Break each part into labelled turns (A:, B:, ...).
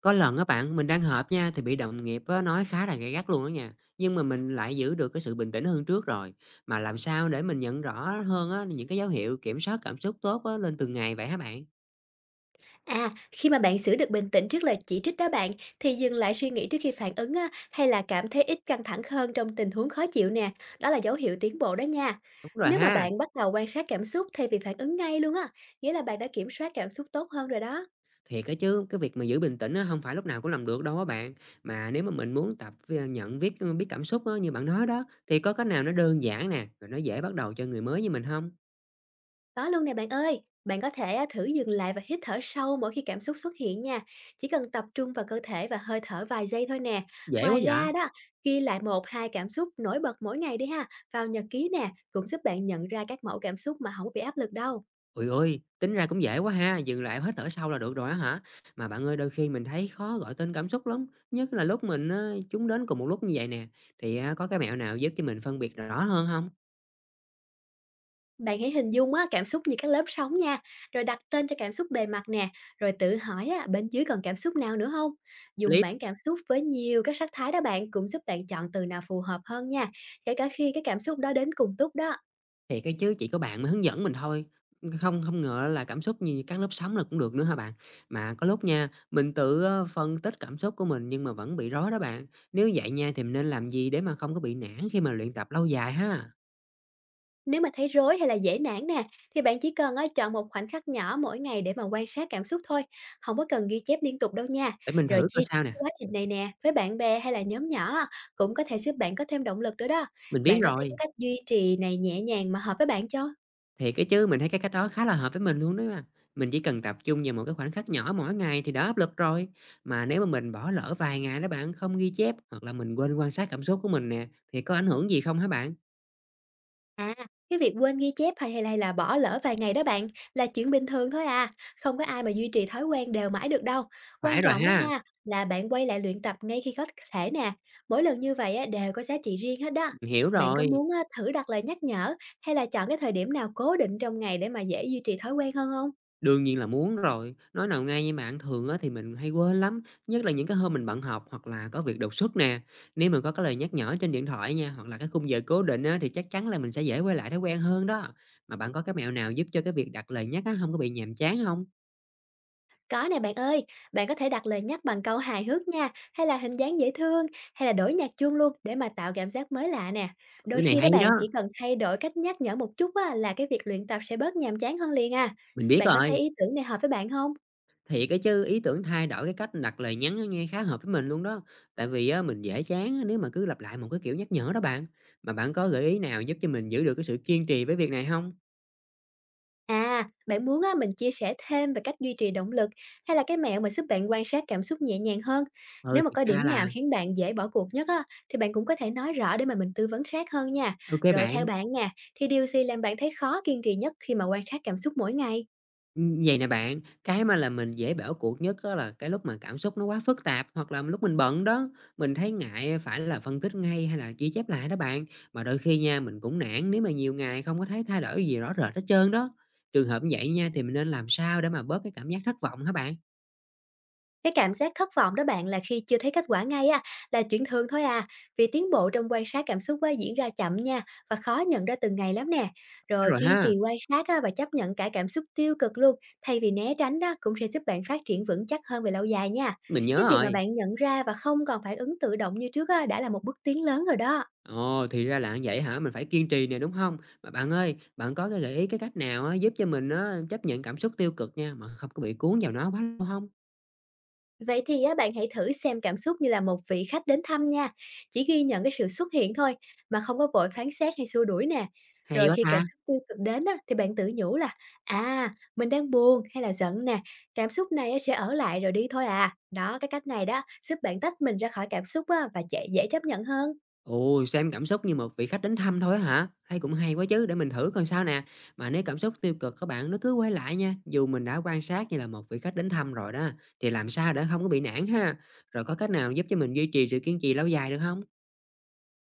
A: Có lần á bạn, mình đang họp nha thì bị đồng nghiệp á nói khá là gay gắt luôn đó nha. Nhưng mà mình lại giữ được cái sự bình tĩnh hơn trước rồi. Mà làm sao để mình nhận rõ hơn á những cái dấu hiệu kiểm soát cảm xúc tốt á lên từng ngày vậy hả bạn?
B: À, khi mà bạn giữ được bình tĩnh trước lời chỉ trích đó bạn, thì dừng lại suy nghĩ trước khi phản ứng á, hay là cảm thấy ít căng thẳng hơn trong tình huống khó chịu nè, đó là dấu hiệu tiến bộ đó nha.
A: Đúng rồi
B: Nếu mà
A: ha.
B: bạn bắt đầu quan sát cảm xúc thay vì phản ứng ngay luôn á, nghĩa là bạn đã kiểm soát cảm xúc tốt hơn rồi đó.
A: Thiệt á chứ cái việc mà giữ bình tĩnh á không phải lúc nào cũng làm được đâu á bạn. Mà nếu mà mình muốn tập nhận biết biết cảm xúc á như bạn nói đó, thì có cách nào nó đơn giản nè, rồi nó dễ bắt đầu cho người mới như mình không?
B: Có luôn nè bạn ơi, bạn có thể à, thử dừng lại và hít thở sâu mỗi khi cảm xúc xuất hiện nha. Chỉ cần tập trung vào cơ thể và hơi thở vài giây thôi nè.
A: Dễ quá
B: Ngoài
A: vậy.
B: ra đó, ghi lại một hai cảm xúc nổi bật mỗi ngày đi ha, vào nhật ký nè, cũng giúp bạn nhận ra các mẫu cảm xúc mà không bị áp lực đâu.
A: Ôi ôi, tính ra cũng dễ quá ha, dừng lại hết thở sâu là được rồi á hả? Mà bạn ơi, đôi khi mình thấy khó gọi tên cảm xúc lắm, nhất là lúc mình á, chúng đến cùng một lúc như vậy nè, thì á, có cái mẹo nào giúp cho mình phân biệt rõ hơn không?
B: Bạn hãy hình dung á, cảm xúc như các lớp sóng nha, rồi đặt tên cho cảm xúc bề mặt nè, rồi tự hỏi á, bên dưới còn cảm xúc nào nữa không? Dùng
A: Lý
B: bảng cảm xúc với nhiều các sắc thái đó bạn cũng giúp bạn chọn từ nào phù hợp hơn nha, kể cả khi cái cảm xúc đó đến cùng lúc đó.
A: thì cái chứ chỉ có bạn mới hướng dẫn mình thôi, không không ngờ là cảm xúc như các lớp sóng là cũng được nữa hả bạn? Mà có lúc nha, mình tự, phân tích cảm xúc của mình nhưng mà vẫn bị rối đó bạn. Nếu vậy nha thì mình nên làm gì để mà không có bị nản khi mà luyện tập lâu dài ha?
B: Nếu mà thấy rối hay là dễ nản nè, thì bạn chỉ cần á, chọn một khoảnh khắc nhỏ mỗi ngày để mà quan sát cảm xúc thôi, không có cần ghi chép liên tục đâu nha.
A: Để mình
B: Rồi
A: thử
B: chia
A: coi
B: sẻ
A: sao nè,
B: quá trình này nè với bạn bè hay là nhóm nhỏ á, cũng có thể giúp bạn có thêm động lực nữa đó.
A: mình biết
B: Bạn có thấy cái
A: rồi.
B: cách duy trì này nhẹ nhàng mà hợp với bạn chưa?
A: Thiệt ấy chứ, mình thấy cái cách đó khá là hợp với mình luôn đó mà. Mình chỉ cần tập trung vào một cái khoảnh khắc nhỏ mỗi ngày thì đỡ áp lực rồi. Mà nếu mà mình bỏ lỡ vài ngày đó bạn, không ghi chép hoặc là mình quên quan sát cảm xúc của mình nè, thì có ảnh hưởng gì không hả bạn?
B: À, cái việc quên ghi chép hay hay là bỏ lỡ vài ngày đó bạn là chuyện bình thường thôi à, không có ai mà duy trì thói quen đều mãi được đâu. Quan
A: Phải rồi
B: trọng đó
A: ha,
B: ha là bạn quay lại luyện tập ngay khi có thể nè, mỗi lần như vậy á, đều có giá trị riêng hết đó.
A: mình hiểu
B: Bạn có
A: rồi.
B: muốn á, thử đặt lời nhắc nhở hay là chọn cái thời điểm nào cố định trong ngày để mà dễ duy trì thói quen hơn không?
A: Đương nhiên là muốn rồi. Nói nào ngay nha bạn, thường á thì mình hay quên lắm, nhất là những cái hôm mình bận học hoặc là có việc đột xuất nè. Nếu mà có cái lời nhắc nhở trên điện thoại nha, hoặc là cái khung giờ cố định á, thì chắc chắn là mình sẽ dễ quay lại thói quen hơn đó. Mà bạn có cái mẹo nào giúp cho cái việc đặt lời nhắc á không có bị nhàm chán không?
B: Có nè bạn ơi, bạn có thể đặt lời nhắc bằng câu hài hước nha, hay là hình dáng dễ thương, hay là đổi nhạc chuông luôn để mà tạo cảm giác mới lạ nè.
A: Cái
B: Đôi
A: này
B: khi đó
A: hay đó,
B: bạn chỉ cần thay đổi cách nhắc nhở một chút á, là cái việc luyện tập sẽ bớt nhàm chán hơn liền à.
A: mình biết
B: Bạn có thấy
A: rồi.
B: ý tưởng này hợp với bạn không?
A: Thiệt cái chứ, ý tưởng thay đổi cái cách đặt lời nhắn á nghe khá hợp với mình luôn đó. Tại vì á mình dễ chán á nếu mà cứ lặp lại một cái kiểu nhắc nhở đó bạn. Mà bạn có gợi ý nào giúp cho mình giữ được cái sự kiên trì với việc này không?
B: À, bạn muốn á, mình chia sẻ thêm về cách duy trì động lực hay là cái mẹo mà giúp bạn quan sát cảm xúc nhẹ nhàng hơn?
A: Ừ,
B: Nếu mà
A: thiệt
B: có
A: ra
B: điểm
A: là,
B: nào khiến bạn dễ bỏ cuộc nhất á, thì bạn cũng có thể nói rõ để mà mình tư vấn sát hơn nha.
A: ok
B: Rồi theo
A: bạn.
B: bạn nè, thì điều gì làm bạn thấy khó kiên trì nhất khi mà quan sát cảm xúc mỗi ngày?
A: Vậy nè bạn, cái mà là mình dễ bỏ cuộc nhất đó là cái lúc mà cảm xúc nó quá phức tạp, hoặc là lúc mình bận đó, mình thấy ngại phải là phân tích ngay hay là ghi chép lại đó bạn. Mà đôi khi nha, mình cũng nản nếu mà nhiều ngày không có thấy thay đổi gì rõ rệt hết trơn đó. Trường hợp như vậy nha thì mình nên làm sao để mà bớt cái cảm giác thất vọng hả bạn?
B: Cái cảm giác thất vọng đó bạn là khi chưa thấy kết quả ngay á, là chuyện thường thôi à, vì tiến bộ trong quan sát cảm xúc á, diễn ra chậm nha và khó nhận ra từng ngày lắm nè.
A: Nhớ
B: Rồi
A: rồi
B: kiên
A: ha,
B: trì quan sát á, và chấp nhận cả cảm xúc tiêu cực luôn, thay vì né tránh đó cũng sẽ giúp bạn phát triển vững chắc hơn về lâu dài nha.
A: mình nhớ
B: Cái việc mà
A: rồi.
B: bạn nhận ra và không còn phản ứng tự động như trước á, đã là một bước tiến lớn rồi đó.
A: Ồ, thì ra là như vậy hả? Mình phải kiên trì nè, đúng không? Mà bạn ơi, bạn có cái gợi ý cái cách nào á giúp cho mình á chấp nhận cảm xúc tiêu cực nha, mà không có bị cuốn vào nó quá lâu hông?
B: Vậy thì á, bạn hãy thử xem cảm xúc như là một vị khách đến thăm nha, chỉ ghi nhận cái sự xuất hiện thôi mà không có vội phán xét hay xua đuổi nè.
A: Hay
B: Rồi
A: quá
B: khi cảm
A: ta!
B: xúc tiêu cực đến á, thì bạn tự nhủ là à mình đang buồn hay là giận nè, cảm xúc này á, sẽ ở lại rồi đi thôi à. Đó, cái cách này đó giúp bạn tách mình ra khỏi cảm xúc á, và dễ dễ chấp nhận hơn.
A: Ồ, xem cảm xúc như một vị khách đến thăm thôi á hả? Hay cũng hay quá chứ, để mình thử coi sao nè. Mà nếu cảm xúc tiêu cực các bạn nó cứ quay lại nha, dù mình đã quan sát như là một vị khách đến thăm rồi đó, thì làm sao để không có bị nản ha? Rồi có cách nào giúp cho mình duy trì sự kiên trì lâu dài được không?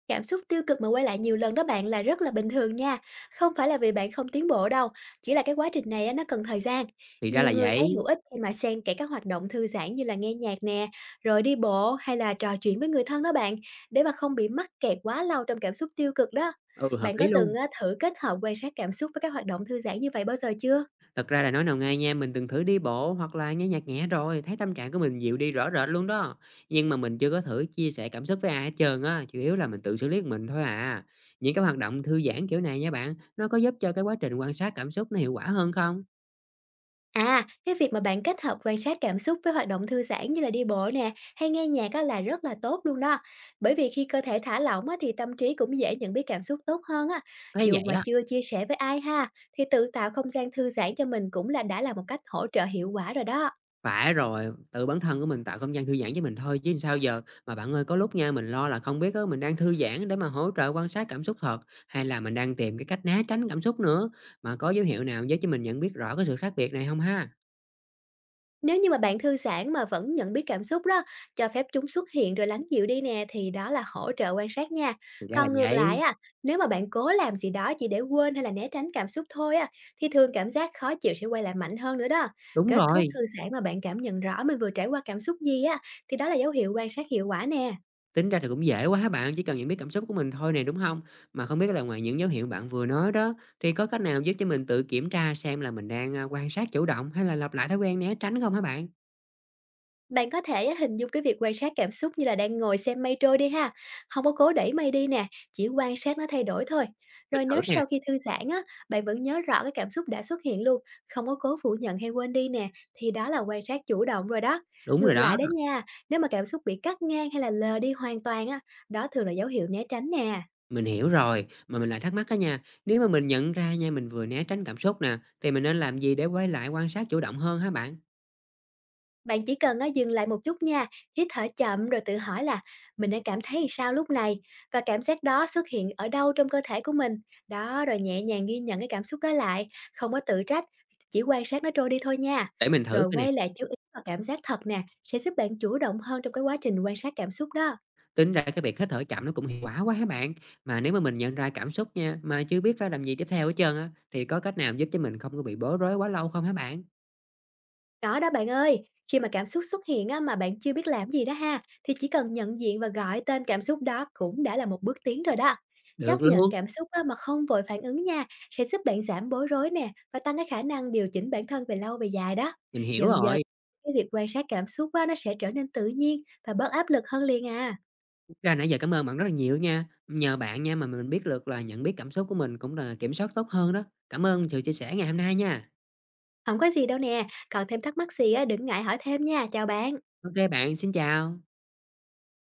B: Cảm xúc tiêu cực mà quay lại nhiều lần đó bạn là rất là bình thường nha, không phải là vì bạn không tiến bộ đâu, chỉ là cái quá trình này á, nó cần thời gian.
A: Thì ra
B: Nhiều
A: là
B: người
A: vậy.
B: thấy hữu ích khi mà xen kẽ các hoạt động thư giãn như là nghe nhạc nè, rồi đi bộ hay là trò chuyện với người thân đó bạn, để mà không bị mắc kẹt quá lâu trong cảm xúc tiêu cực đó.
A: Ừ, hợp
B: Bạn
A: lý
B: có
A: luôn.
B: từng á, thử kết hợp quan sát cảm xúc với các hoạt động thư giãn như vậy bao giờ chưa?
A: Thật ra là nói nào ngay nha, mình từng thử đi bộ hoặc là nghe nhạc nhẹ rồi, thấy tâm trạng của mình dịu đi rõ rệt luôn đó. Nhưng mà mình chưa có thử chia sẻ cảm xúc với ai hết trơn á, chủ yếu là mình tự xử lý của mình thôi à. Những cái hoạt động thư giãn kiểu này nha bạn, nó có giúp cho cái quá trình quan sát cảm xúc nó hiệu quả hơn không?
B: À, cái việc mà bạn kết hợp quan sát cảm xúc với hoạt động thư giãn như là đi bộ nè, hay nghe nhạc á là rất là tốt luôn đó. Bởi vì khi cơ thể thả lỏng á thì tâm trí cũng dễ nhận biết cảm xúc tốt hơn á.
A: Thấy
B: Dù
A: vậy
B: mà
A: á,
B: chưa chia sẻ với ai ha, thì tự tạo không gian thư giãn cho mình cũng là đã là một cách hỗ trợ hiệu quả rồi đó.
A: phải rồi, tự bản thân của mình tạo không gian thư giãn cho mình thôi chứ sao giờ. Mà bạn ơi, có lúc nha, mình lo là không biết á, mình đang thư giãn để mà hỗ trợ quan sát cảm xúc thật, hay là mình đang tìm cái cách né tránh cảm xúc nữa. Mà có dấu hiệu nào giúp cho mình nhận biết rõ cái sự khác biệt này không ha?
B: Nếu như mà bạn thư giãn mà vẫn nhận biết cảm xúc đó, cho phép chúng xuất hiện rồi lắng dịu đi nè thì đó là hỗ trợ quan sát nha.
A: Thì ra là
B: Còn ngược lại
A: vậy,
B: á, nếu mà bạn cố làm gì đó chỉ để quên hay là né tránh cảm xúc thôi á thì thường cảm giác khó chịu sẽ quay lại mạnh hơn nữa đó.
A: đúng
B: Kết thúc
A: rồi,
B: thư giãn mà bạn cảm nhận rõ mình vừa trải qua cảm xúc gì á thì đó là dấu hiệu quan sát hiệu quả nè.
A: tính ra thì cũng dễ quá bạn, chỉ cần nhận biết cảm xúc của mình thôi nè, đúng không? Mà không biết là ngoài những dấu hiệu bạn vừa nói đó, thì có cách nào giúp cho mình tự kiểm tra xem là mình đang, quan sát chủ động hay là lặp lại thói quen né tránh không hả bạn?
B: Bạn có thể á, hình dung cái việc quan sát cảm xúc như là đang ngồi xem mây trôi đi ha. Không có cố đẩy mây đi nè, chỉ quan sát nó thay đổi thôi.
A: Mình
B: Rồi
A: thử
B: nếu
A: nè,
B: sau khi thư giãn á, bạn vẫn nhớ rõ cái cảm xúc đã xuất hiện luôn, không có cố phủ nhận hay quên đi nè, thì đó là quan sát chủ động rồi đó.
A: đúng rồi
B: Ngược
A: đó,
B: lại đó nha, nếu mà cảm xúc bị cắt ngang hay là lờ đi hoàn toàn á, đó thường là dấu hiệu né tránh nè.
A: mình hiểu rồi, mà mình lại thắc mắc á nha, nếu mà mình nhận ra nha, mình vừa né tránh cảm xúc nè, thì mình nên làm gì để quay lại quan sát chủ động hơn hả bạn?
B: Bạn chỉ cần á, dừng lại một chút nha, hít thở chậm rồi tự hỏi là mình đang cảm thấy sao lúc này và cảm giác đó xuất hiện ở đâu trong cơ thể của mình. Đó, rồi nhẹ nhàng ghi nhận cái cảm xúc đó lại, không có tự trách, chỉ quan sát nó trôi đi thôi nha.
A: Để mình thử
B: Rồi
A: coi nè.
B: quay lại chú ý vào cảm giác thật nè, sẽ giúp bạn chủ động hơn trong cái quá trình quan sát cảm xúc đó.
A: Tính ra cái việc hít thở chậm nó cũng hiệu quả quá các bạn? Mà nếu mà mình nhận ra cảm xúc nha, mà chưa biết phải làm gì tiếp theo hết trơn á, thì có cách nào giúp cho mình không có bị bối rối quá lâu không hả bạn?
B: Đó đó bạn ơi, khi mà cảm xúc xuất hiện á, mà bạn chưa biết làm gì đó ha, thì chỉ cần nhận diện và gọi tên cảm xúc đó cũng đã là một bước tiến rồi đó.
A: Được
B: Chấp nhận
A: luôn,
B: cảm xúc á, mà không vội phản ứng nha, sẽ giúp bạn giảm bối rối nè và tăng cái khả năng điều chỉnh bản thân về lâu về dài đó.
A: mình hiểu
B: Dần dần,
A: rồi.
B: cái việc quan sát cảm xúc á, nó sẽ trở nên tự nhiên và bớt áp lực hơn liền à.
A: Thực ra nãy giờ cảm ơn bạn rất là nhiều nha. Nhờ bạn nha mà mình biết được là nhận biết cảm xúc của mình cũng là kiểm soát tốt hơn đó. Cảm ơn sự chia sẻ ngày hôm nay nha.
B: Không có gì đâu nè, còn thêm thắc mắc gì á, đừng ngại hỏi thêm nha, chào bạn.
A: OK bạn, xin chào.